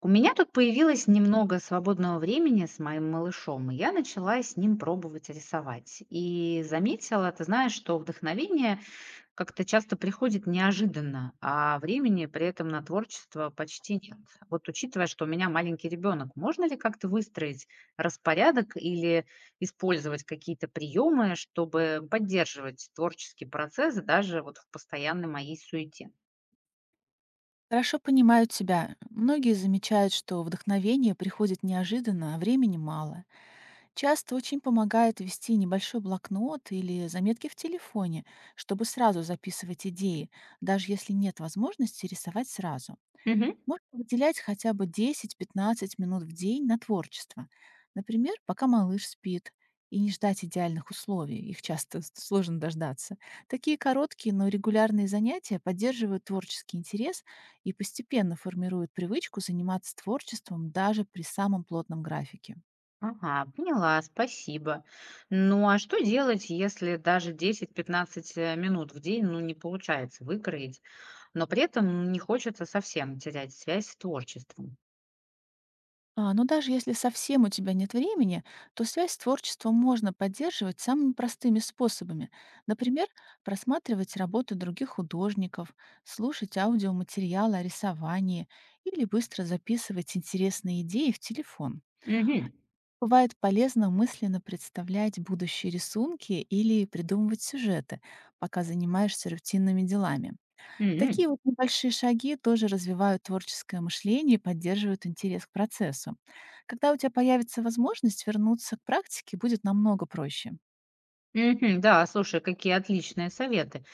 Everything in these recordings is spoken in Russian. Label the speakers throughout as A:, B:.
A: У меня тут появилось немного свободного времени с моим малышом, и я начала с ним пробовать рисовать. И заметила, ты знаешь, что вдохновение как-то часто приходит неожиданно, а времени при этом на творчество почти нет. Вот учитывая, что у меня маленький ребенок, можно ли как-то выстроить распорядок или использовать какие-то приемы, чтобы поддерживать творческий процесс даже вот в постоянной моей суете?
B: Хорошо понимаю тебя. Многие замечают, что вдохновение приходит неожиданно, а времени мало. Часто очень помогает вести небольшой блокнот или заметки в телефоне, чтобы сразу записывать идеи, даже если нет возможности рисовать сразу. Можно выделять хотя бы 10-15 минут в день на творчество. Например, пока малыш спит, и не ждать идеальных условий, их часто сложно дождаться. Такие короткие, но регулярные занятия поддерживают творческий интерес и постепенно формируют привычку заниматься творчеством даже при самом плотном графике.
A: Ага, поняла, спасибо. Ну а что делать, если даже 10-15 минут в день, ну, не получается выкроить, но при этом не хочется совсем терять связь с творчеством?
B: А, ну даже если совсем у тебя нет времени, то связь с творчеством можно поддерживать самыми простыми способами. Например, просматривать работы других художников, слушать аудиоматериалы о рисовании или быстро записывать интересные идеи в телефон.
A: Мгм.
B: Бывает полезно мысленно представлять будущие рисунки или придумывать сюжеты, пока занимаешься рутинными делами.
A: Мгм.
B: Такие вот небольшие шаги тоже развивают творческое мышление и поддерживают интерес к процессу. Когда у тебя появится возможность вернуться к практике, будет намного проще.
A: Мгм. Да, слушай, какие отличные советы.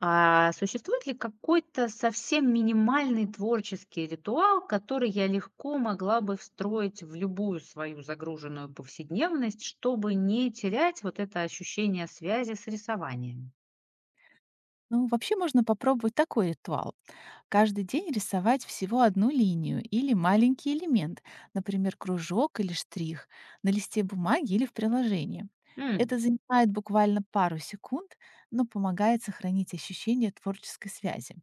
A: А существует ли какой-то совсем минимальный творческий ритуал, который я легко могла бы встроить в любую свою загруженную повседневность, чтобы не терять вот это ощущение связи с рисованием?
B: Ну, вообще можно попробовать такой ритуал. Каждый день рисовать всего одну линию или маленький элемент, например, кружок или штрих, на листе бумаги или в приложении.
A: М,
B: Это занимает буквально пару секунд, но помогает сохранить ощущение творческой связи.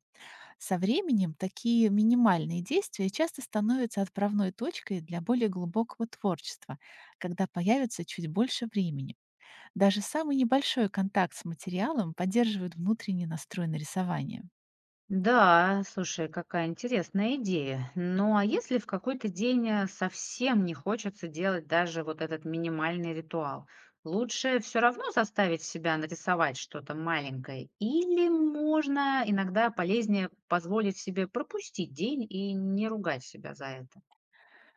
B: Со временем такие минимальные действия часто становятся отправной точкой для более глубокого творчества, когда появится чуть больше времени. Даже самый небольшой контакт с материалом поддерживает внутренний настрой на рисование.
A: да, слушай, какая интересная идея. Ну, а если в какой-то день совсем не хочется делать даже вот этот минимальный ритуал, лучше все равно заставить себя нарисовать что-то маленькое, или можно иногда полезнее позволить себе пропустить день и не ругать себя за это?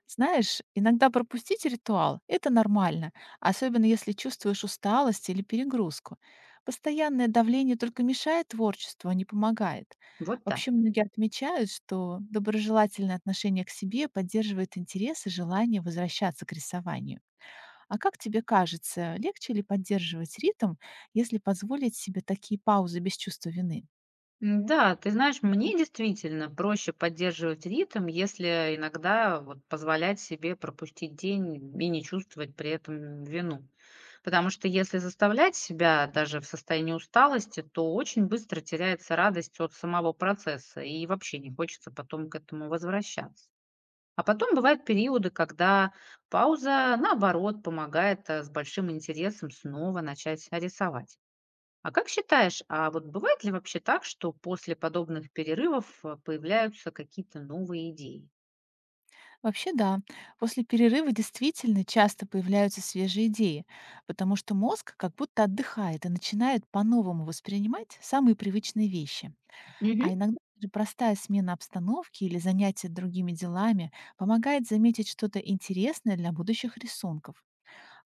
B: Знаешь, иногда пропустить ритуал — это нормально, особенно если чувствуешь усталость или перегрузку. Постоянное давление только мешает творчеству, а не помогает.
A: Вот так.
B: Вообще многие отмечают, что доброжелательное отношение к себе поддерживает интерес и желание возвращаться к рисованию. А как тебе кажется, легче ли поддерживать ритм, если позволить себе такие паузы без чувства вины?
A: М-да, ты знаешь, мне действительно проще поддерживать ритм, если иногда вот позволять себе пропустить день и не чувствовать при этом вину. Потому что если заставлять себя даже в состоянии усталости, то очень быстро теряется радость от самого процесса и вообще не хочется потом к этому возвращаться. А потом бывают периоды, когда пауза, наоборот, помогает, с большим интересом снова начать рисовать. А как считаешь, а вот бывает ли вообще так, что после подобных перерывов появляются какие-то новые идеи?
B: Вообще да, после перерыва действительно часто появляются свежие идеи, потому что мозг как будто отдыхает и начинает по-новому воспринимать самые привычные вещи. А
A: Мгм.
B: иногда даже простая смена обстановки или занятие другими делами помогает заметить что-то интересное для будущих рисунков.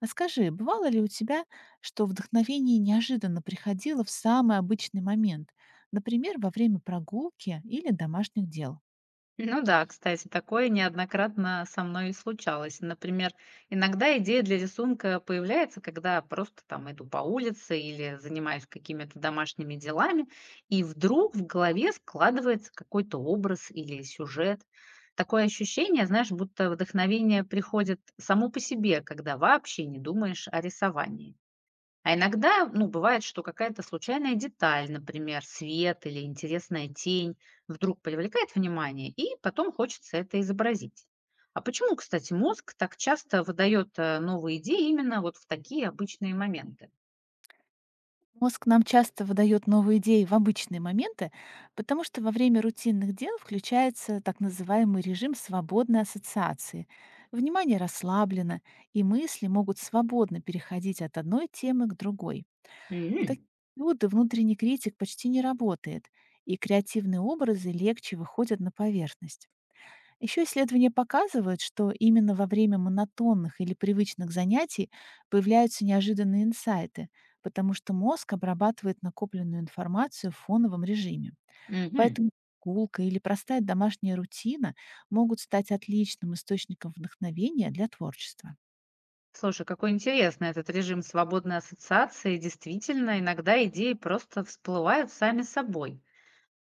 B: А скажи, бывало ли у тебя, что вдохновение неожиданно приходило в самый обычный момент, например, во время прогулки или домашних дел?
A: Ну да, кстати, такое неоднократно со мной и случалось. Например, иногда идея для рисунка появляется, когда просто там иду по улице или занимаюсь какими-то домашними делами, и вдруг в голове складывается какой-то образ или сюжет. Такое ощущение, знаешь, будто вдохновение приходит само по себе, когда вообще не думаешь о рисовании. А иногда, ну, бывает, что какая-то случайная деталь, например, свет или интересная тень, вдруг привлекает внимание, и потом хочется это изобразить. А почему, кстати, мозг так часто выдает новые идеи именно вот в такие обычные моменты?
B: Мозг нам часто выдает новые идеи в обычные моменты, потому что во время рутинных дел включается так называемый режим свободной ассоциации. Внимание расслаблено, и мысли могут свободно переходить от одной темы к другой. В такие
A: М,
B: периоды внутренний критик почти не работает, и креативные образы легче выходят на поверхность. Еще исследования показывают, что именно во время монотонных или привычных занятий появляются неожиданные инсайты, потому что мозг обрабатывает накопленную информацию в фоновом режиме.
A: мгм.
B: Поэтому прогулка или простая домашняя рутина могут стать отличным источником вдохновения для творчества.
A: Слушай, какой интересный этот режим свободной ассоциации. Действительно, иногда идеи просто всплывают сами собой.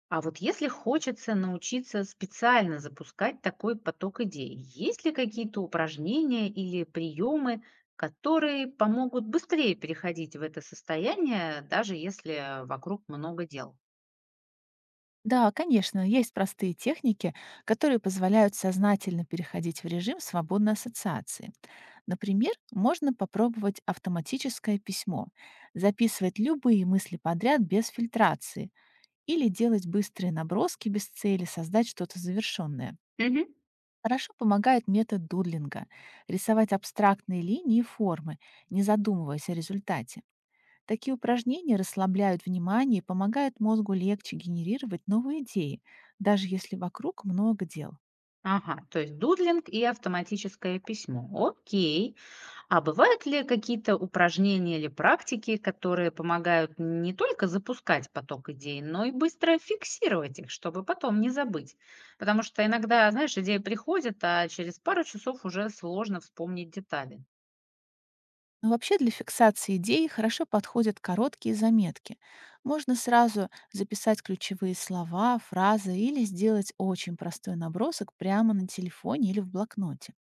A: А вот если хочется научиться специально запускать такой поток идей, есть ли какие-то упражнения или приемы, которые помогут быстрее переходить в это состояние, даже если вокруг много дел?
B: Да, конечно, есть простые техники, которые позволяют сознательно переходить в режим свободной ассоциации. Например, можно попробовать автоматическое письмо, записывать любые мысли подряд без фильтрации или делать быстрые наброски без цели, создать что-то завершенное.
A: Мгм.
B: Хорошо помогает метод дудлинга — рисовать абстрактные линии и формы, не задумываясь о результате. Такие упражнения расслабляют внимание и помогают мозгу легче генерировать новые идеи, даже если вокруг много дел.
A: Ага, то есть дудлинг и автоматическое письмо. Окей. А бывают ли какие-то упражнения или практики, которые помогают не только запускать поток идей, но и быстро фиксировать их, чтобы потом не забыть? Потому что иногда, знаешь, идея приходит, а через пару часов уже сложно вспомнить детали.
B: Но вообще для фиксации идей хорошо подходят короткие заметки. Можно сразу записать ключевые слова, фразы или сделать очень простой набросок прямо на телефоне или в блокноте.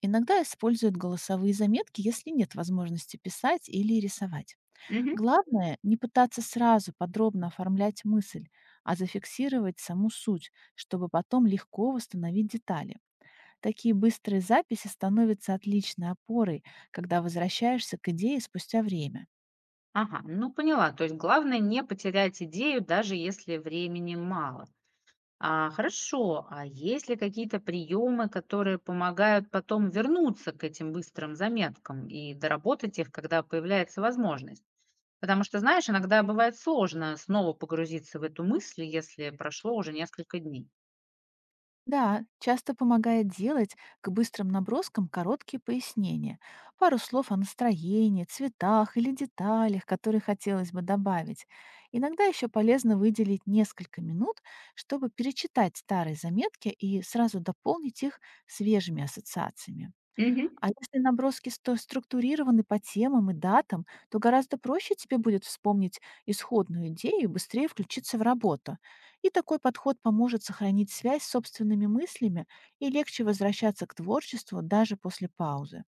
B: Иногда используют голосовые заметки, если нет возможности писать или рисовать.
A: Мгм.
B: Главное не пытаться сразу подробно оформлять мысль, а зафиксировать саму суть, чтобы потом легко восстановить детали. Такие быстрые записи становятся отличной опорой, когда возвращаешься к идее спустя время.
A: Ага, ну поняла. То есть главное не потерять идею, даже если времени мало. А, хорошо, а есть ли какие-то приемы, которые помогают потом вернуться к этим быстрым заметкам и доработать их, когда появляется возможность? Потому что, знаешь, иногда бывает сложно снова погрузиться в эту мысль, если прошло уже несколько дней.
B: Да, часто помогает делать к быстрым наброскам короткие пояснения, пару слов о настроении, цветах или деталях, которые хотелось бы добавить. Иногда еще полезно выделить несколько минут, чтобы перечитать старые заметки и сразу дополнить их свежими ассоциациями.
A: Мгм.
B: А если наброски сто структурированы по темам и датам, то гораздо проще тебе будет вспомнить исходную идею и быстрее включиться в работу. И такой подход поможет сохранить связь с собственными мыслями и легче возвращаться к творчеству даже после паузы.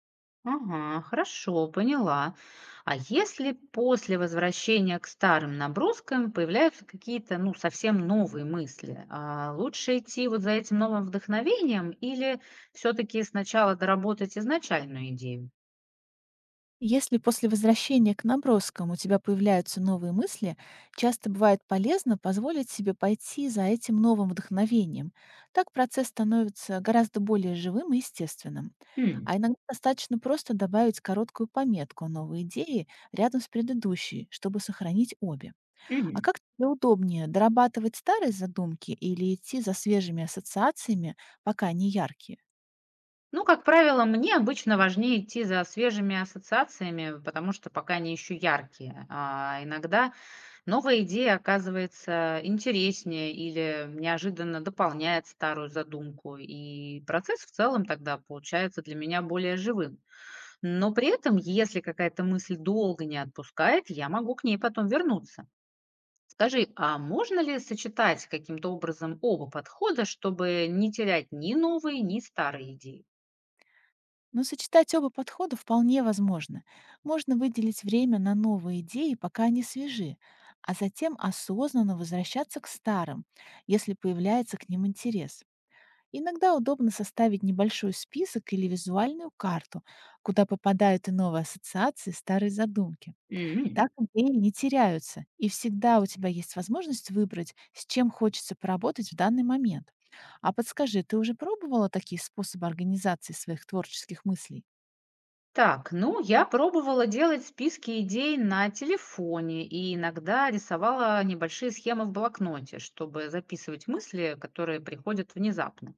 A: Ага, хорошо, поняла. А если после возвращения к старым наброскам появляются какие-то, ну, совсем новые мысли, а лучше идти вот за этим новым вдохновением или все-таки сначала доработать изначальную идею?
B: Если после возвращения к наброскам у тебя появляются новые мысли, часто бывает полезно позволить себе пойти за этим новым вдохновением. Так процесс становится гораздо более живым и естественным. А
A: М,
B: иногда достаточно просто добавить короткую пометку о новой идее рядом с предыдущей, чтобы сохранить обе. А
A: мгм.
B: как тебе удобнее, дорабатывать старые задумки или идти за свежими ассоциациями, пока они яркие?
A: Ну, как правило, мне обычно важнее идти за свежими ассоциациями, потому что пока они еще яркие. А иногда новая идея оказывается интереснее или неожиданно дополняет старую задумку, и процесс в целом тогда получается для меня более живым. Но при этом, если какая-то мысль долго не отпускает, я могу к ней потом вернуться. Скажи, а можно ли сочетать каким-то образом оба подхода, чтобы не терять ни новые, ни старые идеи?
B: Но сочетать оба подхода вполне возможно. Можно выделить время на новые идеи, пока они свежи, а затем осознанно возвращаться к старым, если появляется к ним интерес. Иногда удобно составить небольшой список или визуальную карту, куда попадают и новые ассоциации, и старые задумки.
A: М.
B: Так идеи не теряются, и всегда у тебя есть возможность выбрать, с чем хочется поработать в данный момент. А подскажи, ты уже пробовала такие способы организации своих творческих мыслей?
A: Так, ну, я пробовала делать списки идей на телефоне и иногда рисовала небольшие схемы в блокноте, чтобы записывать мысли, которые приходят внезапно.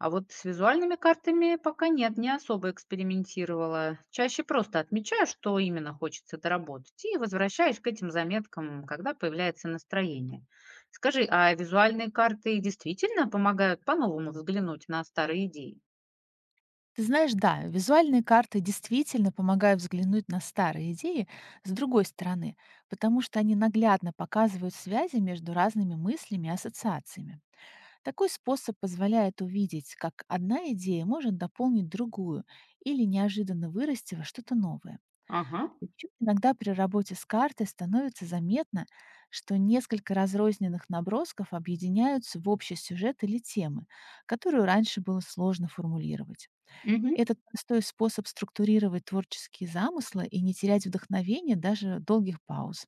A: А вот с визуальными картами пока нет, не особо экспериментировала. Чаще просто отмечаю, что именно хочется доработать, и возвращаюсь к этим заметкам, когда появляется настроение. Скажи, а визуальные карты действительно помогают по-новому взглянуть на старые идеи?
B: Ты знаешь, да, визуальные карты действительно помогают взглянуть на старые идеи с другой стороны, потому что они наглядно показывают связи между разными мыслями и ассоциациями. Такой способ позволяет увидеть, как одна идея может дополнить другую или неожиданно вырасти во что-то новое.
A: Ага.
B: Ещё иногда при работе с картой становится заметно, что несколько разрозненных набросков объединяются в общий сюжет или темы, которую раньше было сложно формулировать.
A: Мгм.
B: Этот простой способ структурировать творческие замыслы и не терять вдохновение даже долгих пауз.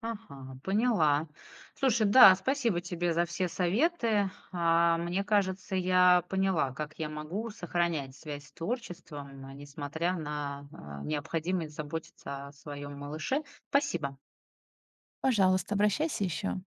A: Ага, поняла. Слушай, да, спасибо тебе за все советы. А, мне кажется, я поняла, как я могу сохранять связь с творчеством, несмотря на необходимость заботиться о своем малыше. Спасибо.
B: Пожалуйста, обращайся еще.